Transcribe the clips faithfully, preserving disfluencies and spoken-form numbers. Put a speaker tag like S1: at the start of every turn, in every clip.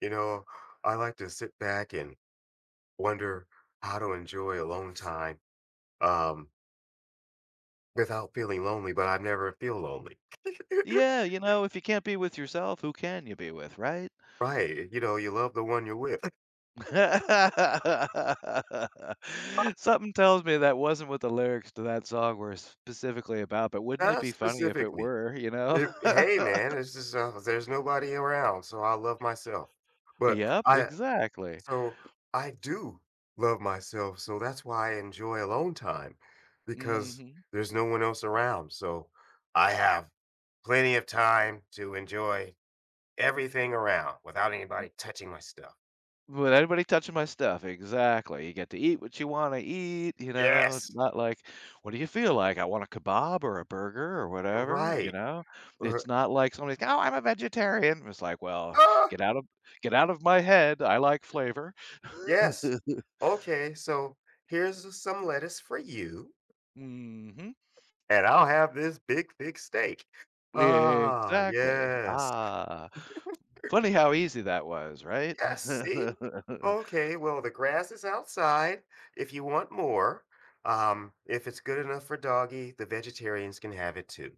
S1: You know, I like to sit back and wonder how to enjoy alone time um, without feeling lonely, but I never feel lonely.
S2: Yeah, you know, if you can't be with yourself, who can you be with, right?
S1: Right. You know, you love the one you're with. Uh,
S2: Something tells me that wasn't what the lyrics to that song were specifically about, but wouldn't it
S1: Not
S2: be funny if it
S1: specifically.
S2: were, you know?
S1: If, hey, man, it's just uh, there's nobody around, so I love myself. But
S2: Yep,
S1: I
S2: exactly.
S1: so I do love myself, so that's why I enjoy alone time because
S2: Mhm.
S1: there's no one else around. So I have plenty of time to enjoy everything around without anybody touching my stuff.
S2: With anybody touching my stuff, exactly. You get to eat what you wanna eat, you know, it's
S1: Yes,
S2: not like, "What do you feel like? I want a kebab or a burger or whatever," you
S1: right.
S2: know?
S1: Or,
S2: It's not like somebody's, "Oh, I'm a vegetarian." It's like, "Well,
S1: ah,
S2: get out of get out of my head, I like flavor."
S1: yes. Okay, so here's some lettuce for you,
S2: Mhm.
S1: and I'll have this big, thick steak. Ah,
S2: Exactly.
S1: yes,
S2: Ah. Funny how easy that was, right?
S1: yes. See, okay. Well, the grass is outside. If you want more, um, if it's good enough for doggy, the vegetarians can have it too.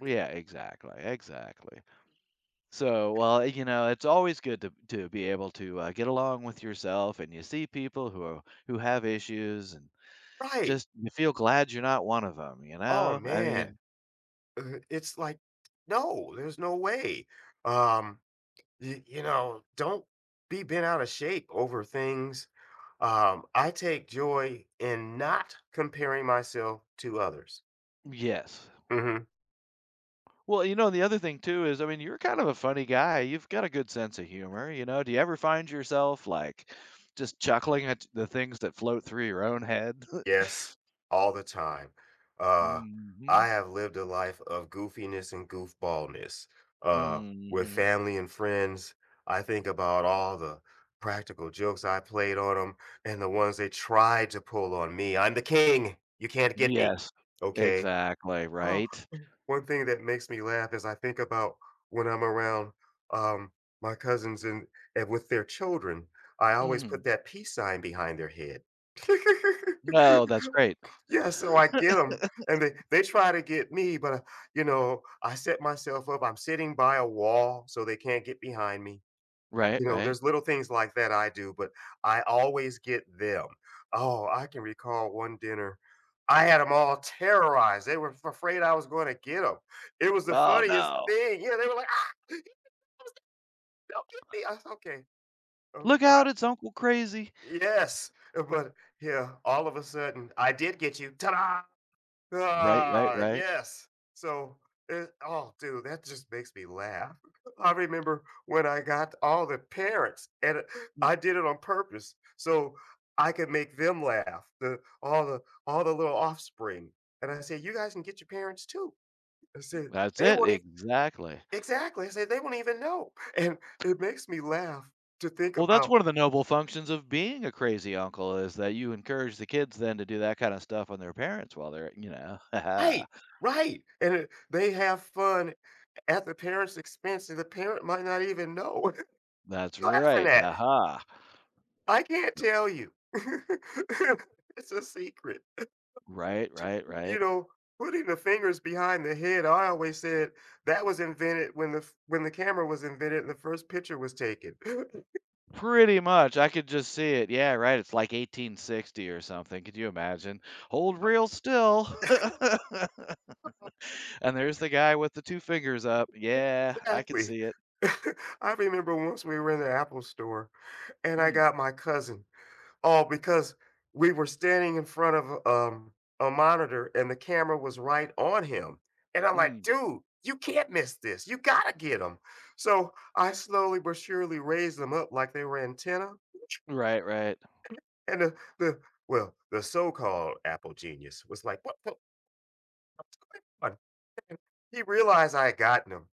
S2: Yeah, exactly, exactly. So, well, you know, it's always good to to be able to uh, get along with yourself, and you see people who are, who have issues, and
S1: Right.
S2: just you feel glad you're not one of them. You
S1: Oh
S2: know, I
S1: man,
S2: mean,
S1: Uh, it's like no, there's no way. Um, y- you know, don't be bent out of shape over things. Um, I take joy in not comparing myself to others.
S2: yes.
S1: Hmm.
S2: Well, you know, the other thing too is, I mean, you're kind of a funny guy. You've got a good sense of humor. You know, do you ever find yourself like just chuckling at the things that float through your own head?
S1: Yes, all the time. Uh, I
S2: Hmm.
S1: have lived a life of goofiness and goofballness. Uh, with
S2: Hmm.
S1: family and friends, I think about all the practical jokes I played on them and the ones they tried to pull on me. I'm the king. You can't get me.
S2: Yes,
S1: Okay.
S2: exactly.
S1: Oh,
S2: Right.
S1: one thing that makes me laugh is I think about when I'm around um, my cousins and, and with their children, I always put
S2: Hmm.
S1: that peace sign behind their head.
S2: No, that's great.
S1: Yeah, so I get them, and they they try to get me, but uh, you know, I set myself up. I'm sitting by a wall, so they can't get behind me.
S2: Right,
S1: You know,
S2: right.
S1: there's little things like that I do, but I always get them. Oh, I can recall one dinner. I had them all terrorized. They were f- afraid I was going to get them. It was the
S2: "Oh,
S1: funniest
S2: no."
S1: thing. Yeah, they were like, ah, he was- don't get me. I was, okay. Okay.
S2: "Look out, it's Uncle Crazy."
S1: I- yes. But yeah, all of a sudden, I did get you. Ta da!
S2: Right, right,
S1: Ah,
S2: right.
S1: yes. So, it, oh, dude, that just makes me laugh. I remember when I got all the parents, and it- I did it on purpose so I could make them laugh. The all the all the little offspring, and I said, "You guys can get your parents too." I said,
S2: That's
S1: "They
S2: it,
S1: won't even
S2: exactly.
S1: exactly." I said, "They won't even know," and it makes me laugh to think
S2: Well, that's
S1: about.
S2: one of the noble functions of being a crazy uncle is that you encourage the kids then to do that kinda stuff on their parents while they're, you know, haha.
S1: Right, right, and it, they have fun at the parents' expense, and the parent might not even know
S2: That's
S1: laughing
S2: right,
S1: at.
S2: aha.
S1: I can't tell you. It's a secret.
S2: Right,
S1: J
S2: right,
S1: you
S2: right.
S1: know, putting the fingers behind the head, I always said that was invented when the f when the camera was invented and the first picture was taken.
S2: Pretty much, I could just see it. Yeah, right, it's like eighteen sixty or something, could you imagine? "Hold real still." And there's the guy with the two fingers up. Yeah, I could
S1: Exactly.
S2: see it.
S1: I remember once we were in the Apple store, and I
S2: Mm,
S1: got my cousin. Oh, because we were standing in front of, um, a monitor and the camera was right on him, and I'm like,
S2: mm.
S1: "Dude, you can't miss this. You gotta get get him." So, I slowly but surely raised them up like they were antenna,
S2: Right, right.
S1: and the the well, the so-called Apple genius was like, "What the what's going on?" He realized I had gotten him.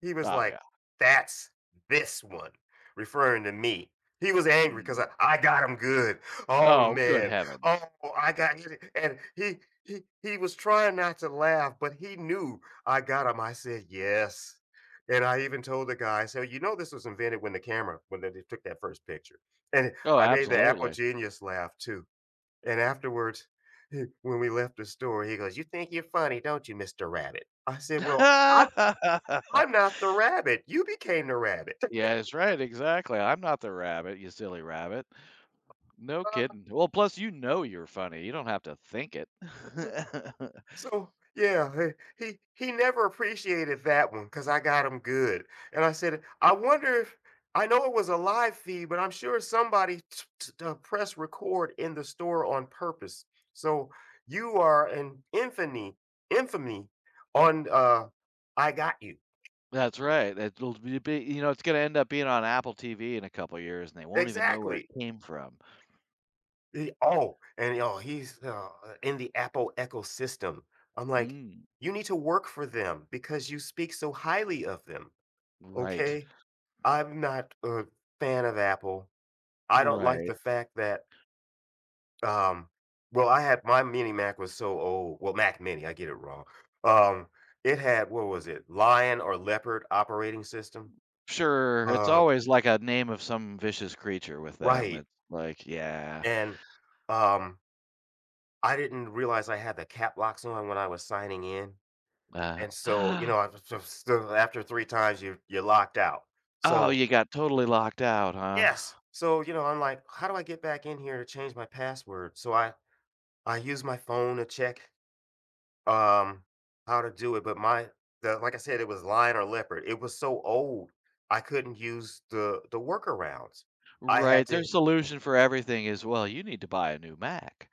S1: He was
S2: Oh, yeah.
S1: like, "That's this one," referring to me. He was angry because
S2: Mm.
S1: I, I got him good. Oh
S2: Oh, good
S1: man. Oh,
S2: heavens.
S1: I got you. And he he he was trying not to laugh, but he knew I got him. I said yes. And I even told the guy, so you know this was invented when the camera, when they took that first picture. And
S2: Oh,
S1: I made the Apple
S2: absolutely.
S1: Genius laugh too. And afterwards, when we left the store, he goes, "You think you're funny, don't you, Mister Rabbit?" I said, "Well, I I'm not the rabbit. You became the rabbit."
S2: Yes, right, exactly. I'm not the rabbit, you silly rabbit. No kidding. Well, plus you know you're funny. You don't have to think it.
S1: So yeah, he he he never appreciated that one because I got him good. And I said, I wonder if I know it was a live feed, but I'm sure somebody t- t- uh, pressed record in the store on purpose. So you are an infamy, infamy on uh, I got you
S2: That's right. It'll be, be- you know, it's gonna end up being on Apple T V in a couple years, and they won't even know where it
S1: exactly.
S2: came from.
S1: Eh, oh, and oh, he's uh, in the Apple ecosystem. I'm like,
S2: Mm,
S1: you need to work for them because you speak so highly of them.
S2: right,
S1: Okay. I'm not a fan of Apple. I don't like
S2: right.
S1: the fact that, um, well, I had my mini Mac was so old. Well, Mac mini, I get it wrong. Um, it had, what was it? Lion or Leopard operating system.
S2: Sure, it's
S1: Uh,
S2: always like a name of some vicious creature with them.
S1: right.
S2: It's like, yeah,
S1: And, um, I didn't realize I had the cap locks on when I was signing in.
S2: uh,
S1: And so, you know, I just just after three times, you're you're locked out.
S2: Oh,
S1: So
S2: you got totally locked out, huh?
S1: yes. So, you know, I'm like, "How do I get back in here to change my password?" So I I use my phone to check, um, how to do it, but my the like I said, it was Lion or Leopard. It was so old, I couldn't use the the workarounds. I had
S2: Right, their
S1: to
S2: solution for everything is, "Well, you need to buy a new Mac."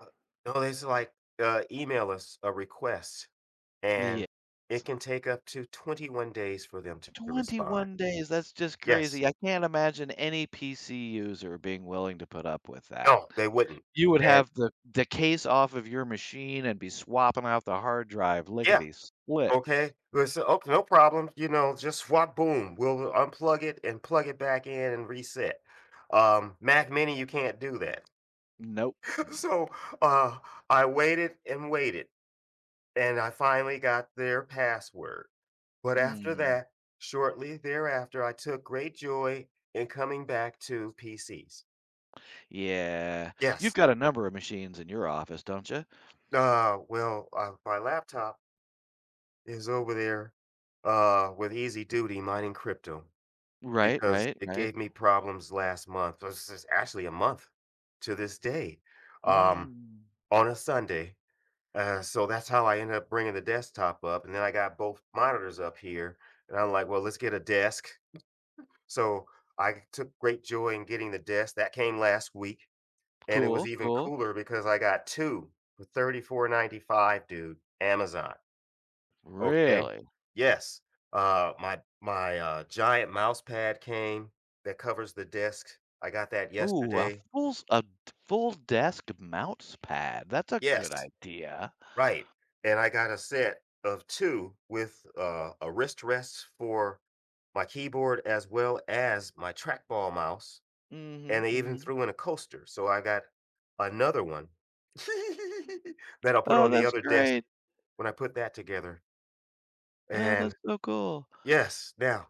S1: uh, no, they said like, uh, email us a request, and
S2: Yeah.
S1: it can take up to twenty-one days for them to to respond.
S2: twenty-one days, that's just
S1: Yes.
S2: crazy. I can't imagine any P C user being willing to put up with that.
S1: No, they wouldn't.
S2: You would
S1: And
S2: have the the case off of your machine and be swapping out the hard drive
S1: yeah,
S2: lickety split.
S1: okay. Well, so "Oh, no problem," you know, just swap boom, we'll unplug it and plug it back in and reset. Um, Mac Mini, you can't do that.
S2: Nope.
S1: So, uh, I waited and waited, and I finally got their password. But after
S2: Mhm.
S1: that, shortly thereafter, I took great joy in coming back to P Cs.
S2: Yeah. You've
S1: Yes.
S2: got a number of machines in your office, don't you?
S1: Uh, well, uh, my laptop is over there, uh, with easy duty mining crypto.
S2: Right,
S1: Because
S2: right,
S1: it
S2: right.
S1: gave me problems last month. This is actually a month to this day, um,
S2: Mm.
S1: on a Sunday. Uh, so that's how I ended up bringing the desktop up, and then I got both monitors up here, and I'm like, "Well, let's get a desk." So I took great joy in getting the desk. That came last week, and it was
S2: Cool,
S1: even
S2: cool.
S1: cooler because I got two for thirty-four ninety-five, dude, Amazon. Okay.
S2: Really?
S1: Yes. Uh, my my, uh, giant mouse pad came that covers the desk. I got that
S2: Ooh, a
S1: yesterday.
S2: full s a d full desk mouse pad. That's a good
S1: Yes,
S2: idea.
S1: right, and I got a set of two with, uh, a wrist rest for my keyboard as well as my trackball mouse,
S2: Mhm,
S1: and they even
S2: mhm.
S1: threw in a coaster, so I got another one that I'll put
S2: Oh,
S1: on the
S2: that's
S1: other desk
S2: great.
S1: when I put that together,
S2: Oh, that's
S1: and
S2: so cool.
S1: yes, now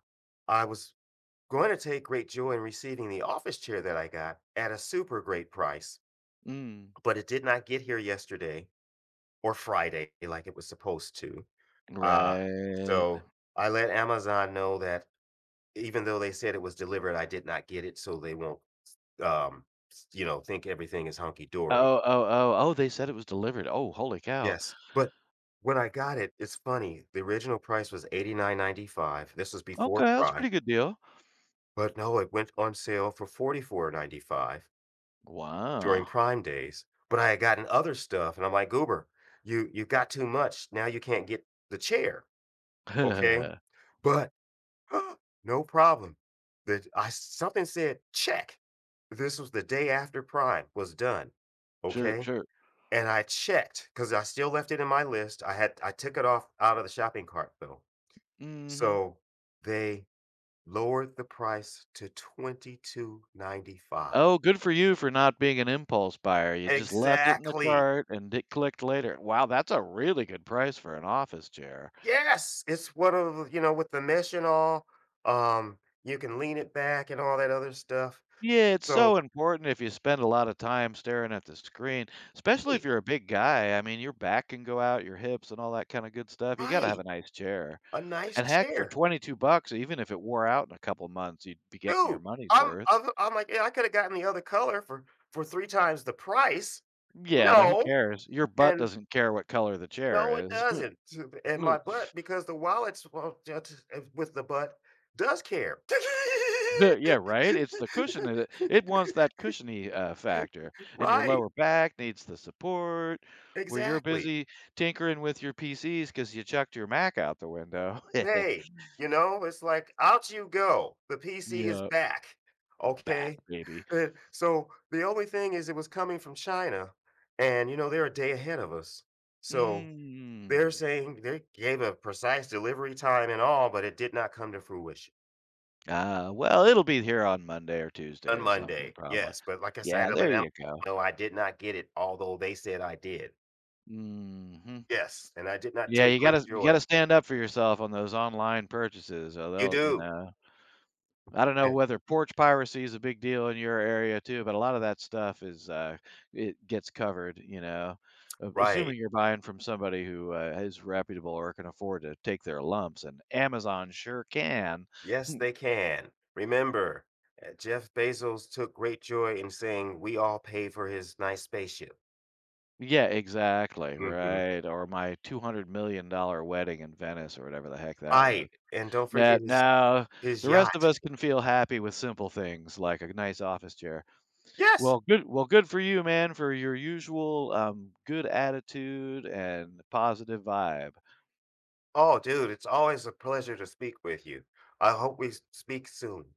S1: I was going to take great joy in receiving the office chair that I got at a super great price,
S2: Mm,
S1: but it did not get here yesterday or Friday like it was supposed to. Uh,
S2: right.
S1: so I let Amazon know that even though they said it was delivered, I did not get it, so they won't, um, s- you know, think everything is hunky dory.
S2: Oh, oh, oh, oh, they said it was delivered. Oh, holy cow.
S1: Yes, but when I got it, it's funny. The original price was eighty nine ninety five. This was
S2: Okay,
S1: before
S2: that's a
S1: Prime,
S2: pretty good deal.
S1: but no, it went on sale for forty four ninety five during
S2: Wow.
S1: Prime days, but I had gotten other stuff, and I'm like, "Goober, you you got too much, now you can't get the chair, okay?" But, no problem, that I something said, "Check." This was the day after Prime was done,
S2: Sure,
S1: okay?
S2: sure.
S1: And I checked because I still left it in my list, I had I took it off out of the shopping cart though.
S2: Mhm.
S1: So, they lowered the price to twenty two ninety five.
S2: Oh, good for you for not being an impulse buyer. You just left it in the
S1: Exactly.
S2: cart and it clicked later. Wow, that's a really good price for an office chair.
S1: Yes, it's one of you know with the mesh and all. Um, you can lean it back and all that other stuff.
S2: Yeah, it's
S1: So
S2: so important if you spend a lot of time staring at the screen, especially if
S1: right,
S2: you're a big guy. I mean, your back can go out, your hips and all that kind of good stuff. You got to have a
S1: right,
S2: nice chair.
S1: a nice
S2: And heck, for
S1: chair,
S2: twenty-two bucks, even if it wore out in a couple months, you'd be getting your
S1: dude.
S2: money's
S1: I'm
S2: worth.
S1: I'm, I'm like yeah, I could have gotten the other color for for three times the price.
S2: Yeah, but who
S1: No,
S2: cares? Your butt
S1: and
S2: doesn't care what color the
S1: no,
S2: chair
S1: it
S2: is.
S1: doesn't. So- And my butt because the wallets well just, uh, with the butt does care.
S2: Good. Yeah, right? It's the cushion, it it wants that cushiony, uh, factor, and your
S1: Right,
S2: lower back needs the support, where you're
S1: exactly.
S2: busy tinkering with your P Cs because you chucked your Mac out the window.
S1: Hey, you know, it's like, out you go. The P C is
S2: Yeah,
S1: back.
S2: back,
S1: Okay.
S2: baby.
S1: Good. So the only thing is it was coming from China and you know, they're a day ahead of us. So they're
S2: Mm.
S1: saying they gave a precise delivery time and all, but it did not come to fruition
S2: Ah, well, it'll be here on Monday or Tuesday
S1: on
S2: or something
S1: Monday.
S2: probably.
S1: Yes. But like I said, I had
S2: Yeah,
S1: to let
S2: there
S1: them
S2: you go.
S1: know I did not get it, although they said I did.
S2: Mhm.
S1: Yes. And I did not
S2: Yeah,
S1: take
S2: you
S1: great
S2: gotta you
S1: joy.
S2: gotta stand up for yourself on those online purchases or
S1: You
S2: they'll, you
S1: do.
S2: know, I don't know
S1: Eh,
S2: whether porch piracy is a big deal in your area too, but a lot of that stuff is, uh, it gets covered, you know. A- Assuming
S1: right.
S2: you're buying from somebody who uh, is reputable or can afford to take their lumps, and Amazon sure can.
S1: Yes, they can. Remember, uh, Jeff Bezos took great joy in saying, "We all pay for his nice spaceship."
S2: Yeah, exactly,
S1: Mhm.
S2: right. Or my two hundred million dollar wedding in Venice, or whatever the heck that was.
S1: Right, and don't
S2: Now,
S1: forget his
S2: now
S1: his
S2: the rest of
S1: yacht.
S2: us can feel happy with simple things like a nice office chair.
S1: Yes!
S2: Well, good. Well, good for you, man, for your usual um, good attitude and positive vibe.
S1: Oh, dude, it's always a pleasure to speak with you. I hope we s speak soon.